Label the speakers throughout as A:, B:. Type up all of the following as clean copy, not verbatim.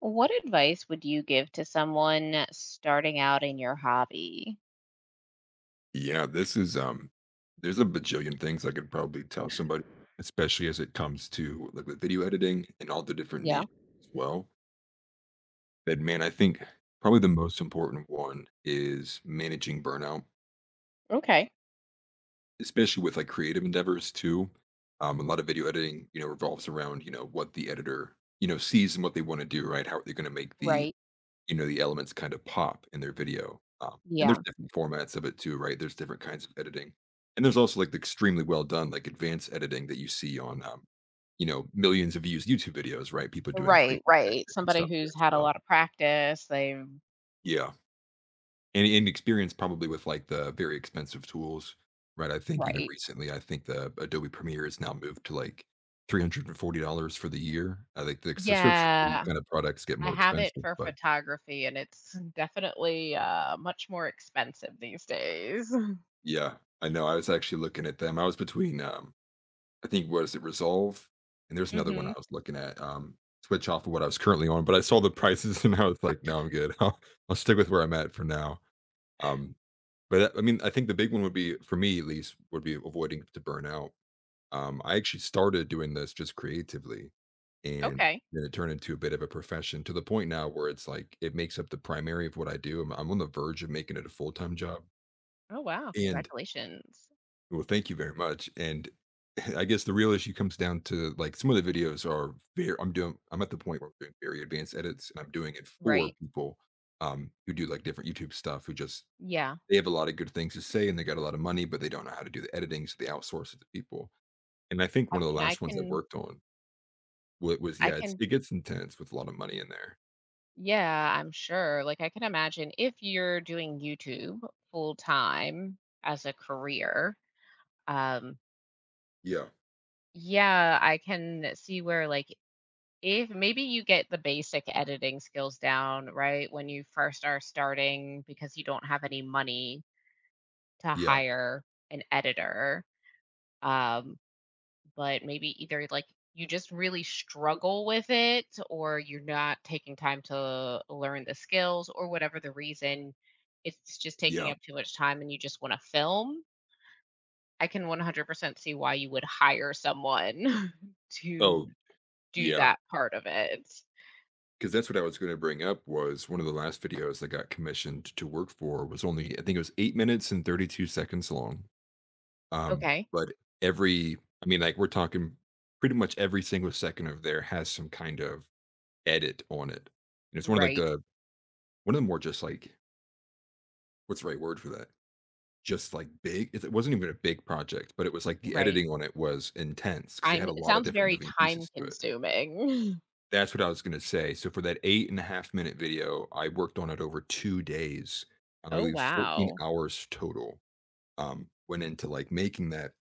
A: What advice would you give to someone starting out in your hobby?
B: Yeah, this is there's a bajillion things I could probably tell somebody, especially as it comes to like the video editing and all the different
A: Yeah.
B: niches as well. But man, I think probably the most important one is managing burnout,
A: Okay.
B: especially with like creative endeavors too. A lot of video editing, you know, revolves around, you know, what the editor, you know, sees and what they want to do, right? How they're going to make the
A: Right.
B: you know, the elements kind of pop in their video, and there's
A: Yeah.
B: different formats of it too, right? There's different kinds of editing, and there's also, like, the extremely well done, like, advanced editing that you see on, you know, millions of views YouTube videos, right? People doing crazy
A: Right,
B: kinda
A: right.
B: editing
A: Somebody
B: stuff there
A: who's
B: as
A: had a
B: well.
A: lot of practice. They've,
B: Yeah, and experience probably with, like, the very expensive tools, right? I think even
A: right.
B: recently, I think the Adobe Premiere has now moved to, like, $340 for the year. I think the subscription for these
A: Yeah,
B: kind of products get
A: I
B: more
A: have it
B: expensive,
A: for
B: but
A: photography and it's definitely much more expensive these days.
B: yeah, I know, I was actually looking at them. I was between, I think what is it, Resolve? And there's another one I
A: Mhm.
B: was looking at, switch off of what I was currently on, but I saw the prices and I was like, "No, I'm good. I'll stick with where I'm at for now." Um, but I mean, I think the big one would be, for me at least, would be avoiding to burn out. I actually started doing this just creatively, and
A: Okay.
B: then it turned into a bit of a profession to the point now where it's like it makes up the primary of what I do. I'm on the verge of making it a full-time job.
A: Oh, wow.
B: And
A: Congratulations.
B: well, thank you very much. And I guess the real issue comes down to like some of the videos are very, I'm at the point where I'm doing very advanced edits and I'm doing it for
A: Right.
B: people who do like different YouTube stuff who just,
A: Yeah.
B: they have a lot of good things to say and they got a lot of money, but they don't know how to do the editing. So they outsource it to people. And I think
A: I
B: one of the
A: mean, I
B: last ones I
A: can,
B: worked on was
A: I
B: yeah,
A: can
B: it gets intense with a lot of money in there.
A: yeah, I'm sure. Like, I can imagine if you're doing YouTube full time as a career, um,
B: Yeah.
A: yeah, I can see where, like, if maybe you get the basic editing skills down, right, when you first are starting because you don't have any money to
B: Yeah.
A: hire an editor. Um, but maybe either like you just really struggle with it or you're not taking time to learn the skills or whatever the reason, it's just taking
B: Yeah.
A: up too much time and you just want to film. I can 100% see why you would hire someone to
B: Oh,
A: do
B: yeah.
A: that part of it.
B: 'Cause that's what I was gonna bring up was one of the last videos I got commissioned to work for was only I think it was 8 minutes and 32 seconds long,
A: Okay.
B: but every I mean, like, we're talking pretty much every single second of there has some kind of edit on it, and it's one of, like,
A: Right,
B: the one of the more just, like, what's the right word for that? Just, like, big it it wasn't even a big project, but it was, like, the
A: right.
B: editing on it was intense because they
A: I'm,
B: had a
A: it
B: lot of
A: sounds
B: different
A: very
B: moving
A: time
B: pieces to it.
A: consuming.
B: That's what I was gonna say. So for that 8 and a half minute video, I worked on it over 2 days. I
A: Oh,
B: believe 14
A: wow.
B: hours total, went into, like, making that,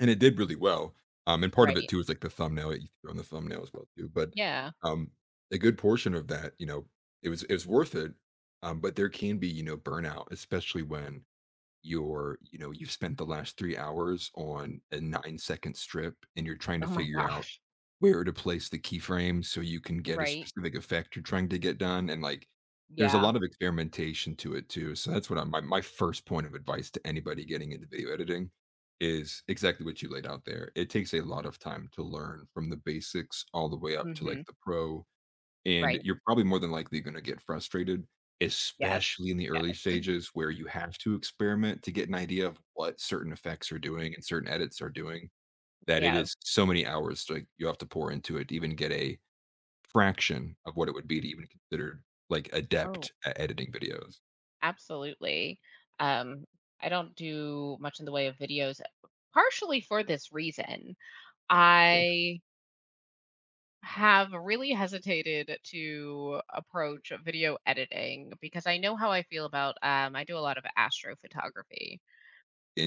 B: and it did really well. And part of it
A: Right.
B: too is, like, the thumbnail, you throw in the thumbnail as well too, but,
A: Yeah.
B: um, a good portion of that, you know, it was worth it, but there can be, you know, burnout, especially when you know you've spent the last 3 hours on a 9 second strip and you're trying to
A: Oh my
B: figure out
A: gosh.
B: where to place the keyframe so you can get a
A: Right.
B: specific effect you're trying to get done, and like there's a
A: Yeah.
B: lot of experimentation to it too. So that's what my first point of advice to anybody getting into video editing is exactly what you laid out there. It takes a lot of time to learn from the basics all the way up to like
A: Mhm.
B: the pro, and
A: Right.
B: you're probably more than likely gonna get frustrated,
A: Yes.
B: especially in the early stages where you have to experiment to get an idea of what certain effects are doing and certain edits are doing, that it
A: Yeah.
B: is so many hours, like, you have to pour into it to even get a fraction of what it would be to even consider, like,
A: Oh,
B: adept at editing videos.
A: absolutely. Um, I don't do much in the way of videos, partially for this reason.
B: Yeah.
A: I have really hesitated to approach video editing because I know how I feel about I do a lot of astrophotography.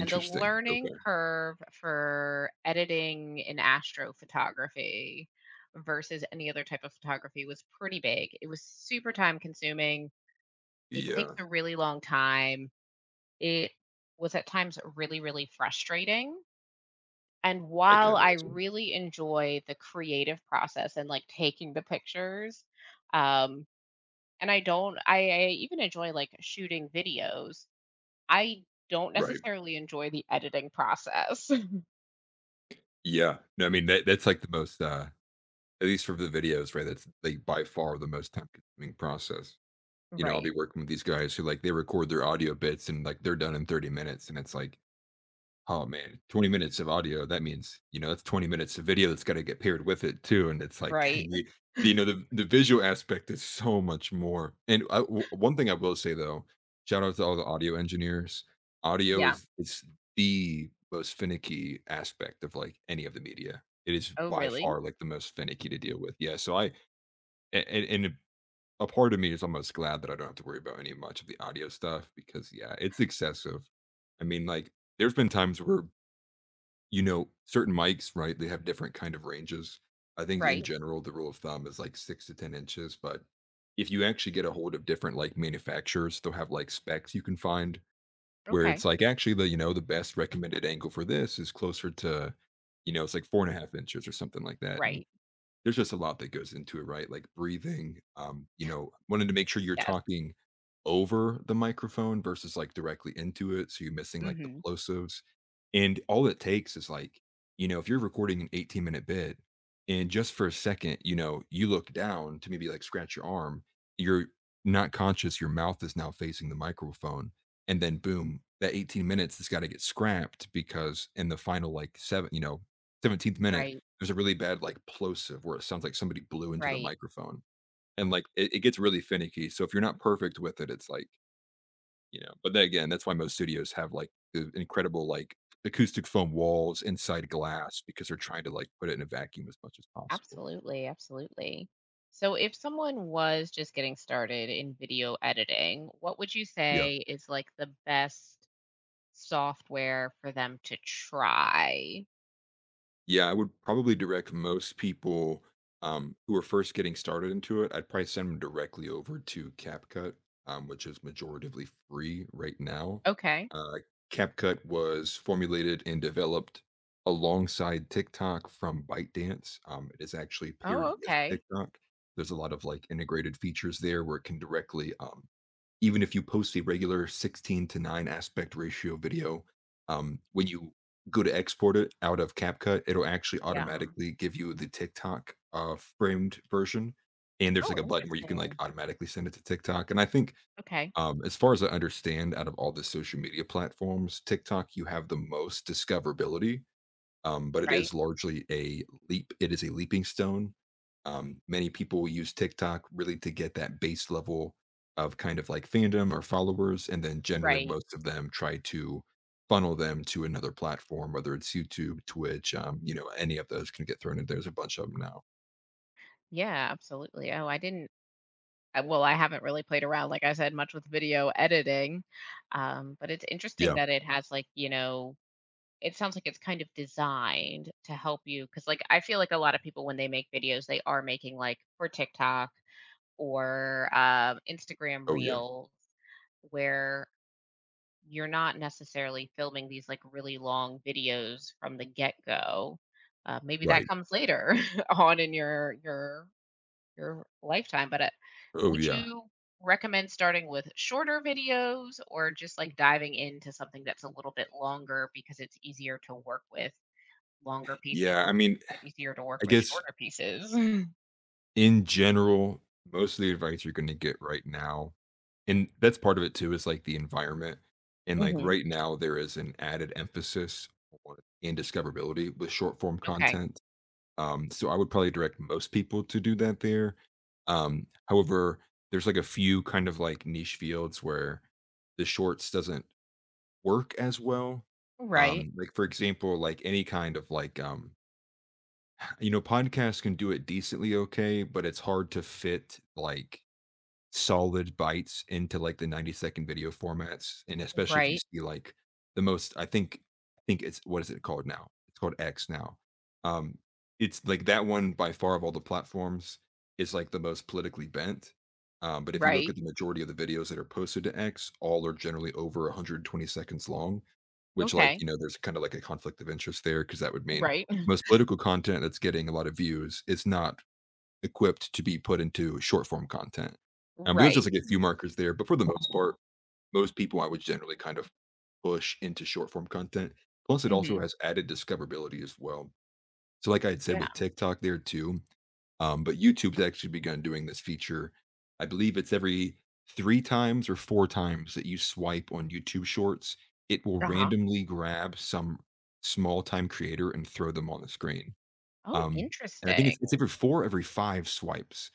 A: And the learning
B: okay.
A: curve for editing in astrophotography versus any other type of photography was pretty big. It was super time consuming. It takes
B: Yeah,
A: a really long time. It was at times really, really frustrating. And
B: I can
A: while I
B: imagine.
A: really enjoy the creative process and like taking the pictures, um, and I don't, I even enjoy like shooting videos, I don't
B: Right.
A: necessarily enjoy the editing process.
B: Yeah. No, I mean, that's, like, the most, at least for the videos, right, that's, like, by far the most time consuming process. You know, I'll be
A: Right,
B: working with these guys who like they record their audio bits and like they're done in 30 minutes. And it's like, oh man, 20 minutes of audio. That means, you know, that's 20 minutes of video that's got to get paired with it too. And it's like, dang,
A: right.
B: you know, the visual aspect is so much more. And I w one thing I will say though, shout out to all the audio engineers. Audio
A: Yeah.
B: is, it's the most finicky aspect of like any of the media. It is
A: Oh,
B: by
A: really?
B: far like the most finicky to deal with. Yeah. So I, and a part of me is almost glad that I don't have to worry about any much of the audio stuff, because yeah, it's excessive. I mean, like, there's been times where you know certain mics, right? They have different kind of ranges. I think in
A: Right.
B: general the rule of thumb is like 6 to 10 inches, but if you actually get a hold of different like manufacturers, they'll have like specs you can find where
A: Okay.
B: it's like actually the you know the best recommended angle for this is closer to you know it's like four and a half inches or something like that, and
A: Right.
B: there's just a lot that goes into it, right? Like breathing, you know, wanted to make sure you're
A: Yes.
B: talking over the microphone versus like directly into it. So you're missing like the
A: Hmm.
B: plosives. And all it takes is like, you know, if you're recording an 18-minute bit and just for a second, you know, you look down to maybe like scratch your arm, you're not conscious, your mouth is now facing the microphone. And then boom, that 18 minutes has got to get scrapped because in the final like seven, you know, 17th minute,
A: Right.
B: there's a really bad, like, plosive where it sounds like somebody blew into the
A: Right.
B: microphone, and, like, it gets really finicky, so if you're not perfect with it, it's like, you know, but then again, that's why most studios have, like, the incredible, like, acoustic foam walls inside glass because they're trying to, like, put it in a vacuum as much as possible.
A: Absolutely, absolutely. So, if someone was just getting started in video editing, what would you
B: Yeah.
A: say is like the best software for them to try?
B: Yeah, I would probably direct most people who are first getting started into it. I'd probably send them directly over to CapCut, which is majoritively free right now.
A: Okay.
B: Uh, CapCut was formulated and developed alongside TikTok from ByteDance. It is actually paired
A: Oh,
B: with
A: okay.
B: TikTok. There's a lot of like integrated features there where it can directly even if you post a regular 16 to 9 aspect ratio video when you go to export it out of CapCut, it'll actually
A: Yeah.
B: automatically give you the TikTok framed version. And there's
A: Oh,
B: like a button where you can like
A: interesting.
B: automatically send it to TikTok. And I think,
A: Okay.
B: as far as I understand, out of all the social media platforms, TikTok, you have the most discoverability, but it
A: Right.
B: is largely a leap. It is a leaping stone. Many people use TikTok really to get that base level of kind of like fandom or followers, and then generally
A: Right.
B: most of them try to funnel them to another platform, whether it's YouTube, Twitch, you know, any of those can get thrown in. There's a bunch of them now.
A: Yeah, absolutely. Oh, I didn't. I- Well, I haven't really played around, like I said, much with video editing, but it's interesting
B: Yeah.
A: that it has like, it sounds like it's kind of designed to help you because, like, I feel like a lot of people when they make videos, they are making, like, for TikTok or, Instagram
B: Oh yeah.
A: Reels, where you're not necessarily filming these, like, really long videos from the get-go. Maybe that
B: Right.
A: comes later on in your your lifetime, but,
B: Oh
A: would
B: yeah.
A: you recommend starting with shorter videos or just, like, diving into something that's a little bit longer because it's easier to work with? Longer pieces
B: Yeah. I
A: were
B: mean,
A: easier to work
B: I
A: with
B: guess
A: shorter pieces.
B: in general, most of the advice you're going to get right now, and that's part of it too, is like the environment. And like
A: Mhm.
B: right now, there is an added emphasis on and discoverability with short form
A: Okay.
B: content. So I would probably direct most people to do that there. However, there's like a few kind of like niche fields where the shorts doesn't work as well.
A: Right,
B: Like for example, like any kind of like you know, podcasts can do it decently okay, but it's hard to fit like solid bites into like the 90-second video formats. And especially if you
A: right,
B: see like the most, I think, it's what is it called now? It's called X now. Um, it's like that one by far of all the platforms is like the most politically bent. But if you look
A: right.
B: at the majority of the videos that are posted to X, all are generally over 120 seconds long, which, like,
A: Okay.
B: you know, there's kind of like a conflict of interest there because that would mean
A: Right,
B: most political content that's getting a lot of views is not equipped to be put into short form content. But there's
A: right.
B: just like a few markers there. But for the most part, most people I would generally kind of push into short form content. Plus, it
A: Mhm.
B: also has added discoverability as well. So, like I had said
A: Yeah.
B: with TikTok there too, but YouTube's actually begun doing this feature. I believe it's every three times or four times that you swipe on YouTube Shorts, it will
A: Uh-huh.
B: randomly grab some small time creator and throw them on the screen.
A: Oh,
B: Um, and I think
A: interesting.
B: it's, it's every four, every five swipes.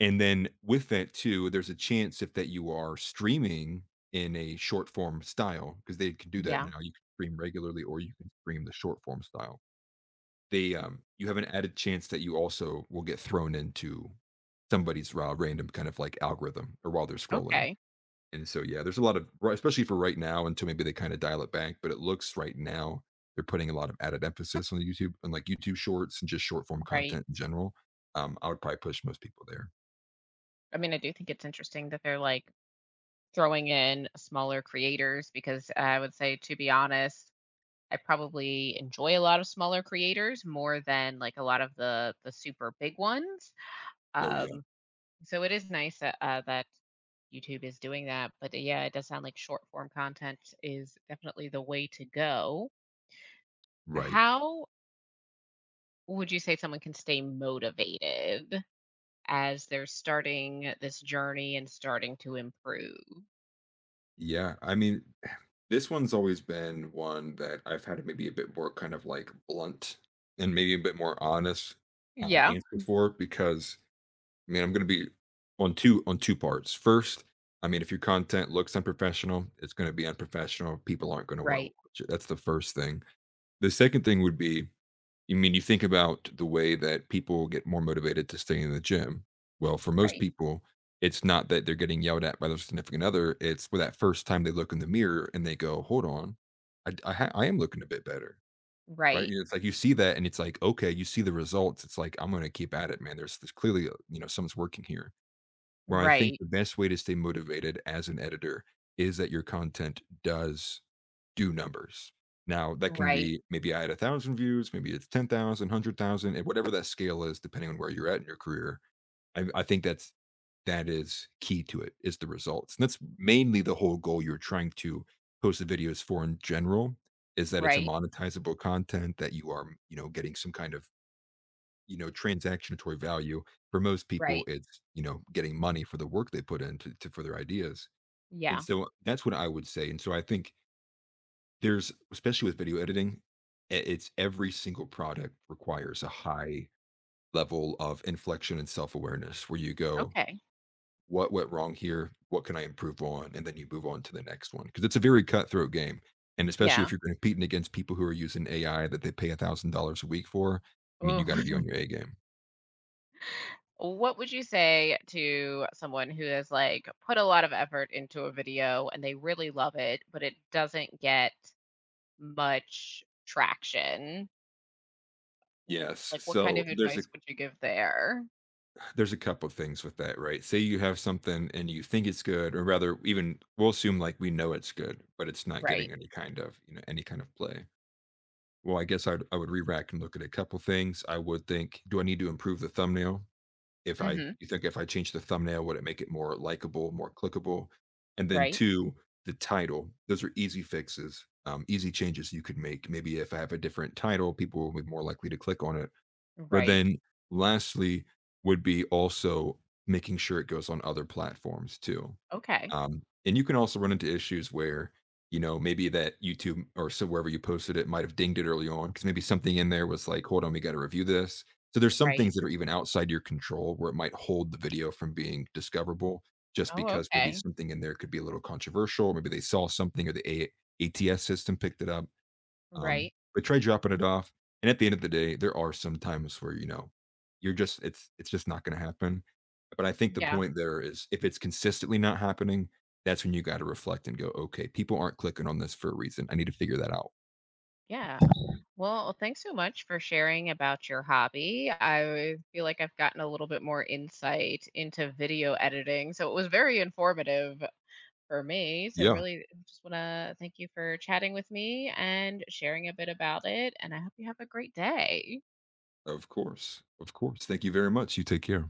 B: And then with that too, there's a chance if that you are streaming in a short form style, because they can do that
A: Yeah.
B: now. You can stream regularly or you can stream the short form style. They you have an added chance that you also will get thrown into somebody's random kind of like algorithm or while they're scrolling.
A: Okay.
B: And so yeah, there's a lot of especially for right now until maybe they kind of dial it back, but it looks right now they're putting a lot of added emphasis on YouTube and like YouTube shorts and just short form
A: Right.
B: content in general. I would probably push most people there.
A: I mean, I do think it's interesting that they're, like, throwing in smaller creators because I would say, to be honest, I probably enjoy a lot of smaller creators more than, like, a lot of the super big ones.
B: Oh yeah,
A: Um, so it is nice that that YouTube is doing that, but yeah, it does sound like short form content is definitely the way to go.
B: right.
A: How would you say someone can stay motivated as they're starting this journey and starting to improve?
B: Yeah, I mean, this one's always been one that I've had maybe a bit more kind of like blunt and maybe a bit more honest
A: Yeah.
B: answer for because I mean I'm going to be on two parts. First, I mean if your content looks unprofessional, it's going to be unprofessional. People aren't going to want to
A: Right.
B: watch it. That's the first thing. The second thing would be you mean you think about the way that people get more motivated to stay in the gym? Well, for most
A: Right.
B: people, it's not that they're getting yelled at by their significant other. It's for that first time they look in the mirror and they go, "Hold on, I am looking a bit better." Right?
A: Right.
B: You know, it's like you see that, and it's like, okay, you see the results. It's like I'm going to keep at it, man. There's clearly, you know, someone's working here. Where I think
A: Right.
B: the best way to stay motivated as an editor is that your content does do numbers. Now, that can
A: Right.
B: be maybe I had 1,000 views, maybe it's 10,000, and whatever that scale is, depending on where you're at in your career. I think that is key to it, is the results. And that's mainly the whole goal you're trying to post the videos for in general, is that it's a
A: Right.
B: monetizable content that you are, you know, getting some kind of you know, transactionatory value. For most people,
A: Right.
B: it's, you know, getting money for the work they for their ideas. And
A: Yeah.
B: so that's what I would say. And so I think there's, especially with video editing, it's every single product requires a high level of inflection and self awareness where you go,
A: Okay.
B: what went wrong here? What can I improve on? And then you move on to the next one. Cause it's a very cutthroat game. And especially
A: Yeah.
B: if you're competing against people who are using AI that they pay $1,000 a week for, I mean, you got to be on
A: Ooh.
B: your A game.
A: What would you say to someone who has, like, put a lot of effort into a video and they really love it, but it doesn't get much traction? W
B: Yes.
A: like, what kind
B: So
A: of
B: there's a
A: advice would you give there?
B: there's a couple things with that, right? Say you have something and you think it's good, or rather, even we'll assume like we know it's good, but it's not
A: Right.
B: getting any kind of, you know, any kind of play. Well, I would re-rack and look at a couple things. I would think, do I need to improve the thumbnail? If I,
A: Mhm.
B: you think if I change the thumbnail, would it make it more likable, more clickable? And then
A: Right.
B: two, the title. Those are easy fixes, easy changes you could make. Maybe if I have a different title, people will be more likely to click on it but
A: Right.
B: then lastly would be also making sure it goes on other platforms too.
A: Okay.
B: And you can also run into issues where, you know, maybe that YouTube or so wherever you posted it might have dinged it early on because maybe something in there was like, hold on, we got to review this. So there's some
A: Right.
B: things that are even outside your control where it might hold the video from being discoverable just
A: Oh,
B: because maybe
A: okay.
B: something in there could be a little controversial. Maybe they saw something or the ATS system picked it up.
A: Right.
B: But try dropping it off. And at the end of the day, there are some times where, you know, you're just it's just not gonna happen. But I think the
A: Yeah.
B: point there is if it's consistently not happening, that's when you gotta reflect and go, okay, people aren't clicking on this for a reason. I need to figure that out.
A: Yeah. Well, thanks so much for sharing about your hobby. I feel like I've gotten a little bit more insight into video editing, so it was very informative for me. So,
B: Yeah,
A: really, just want to thank you for chatting with me and sharing a bit about it. And I hope you have a great day.
B: of course. Of course. Thank you very much. You take care.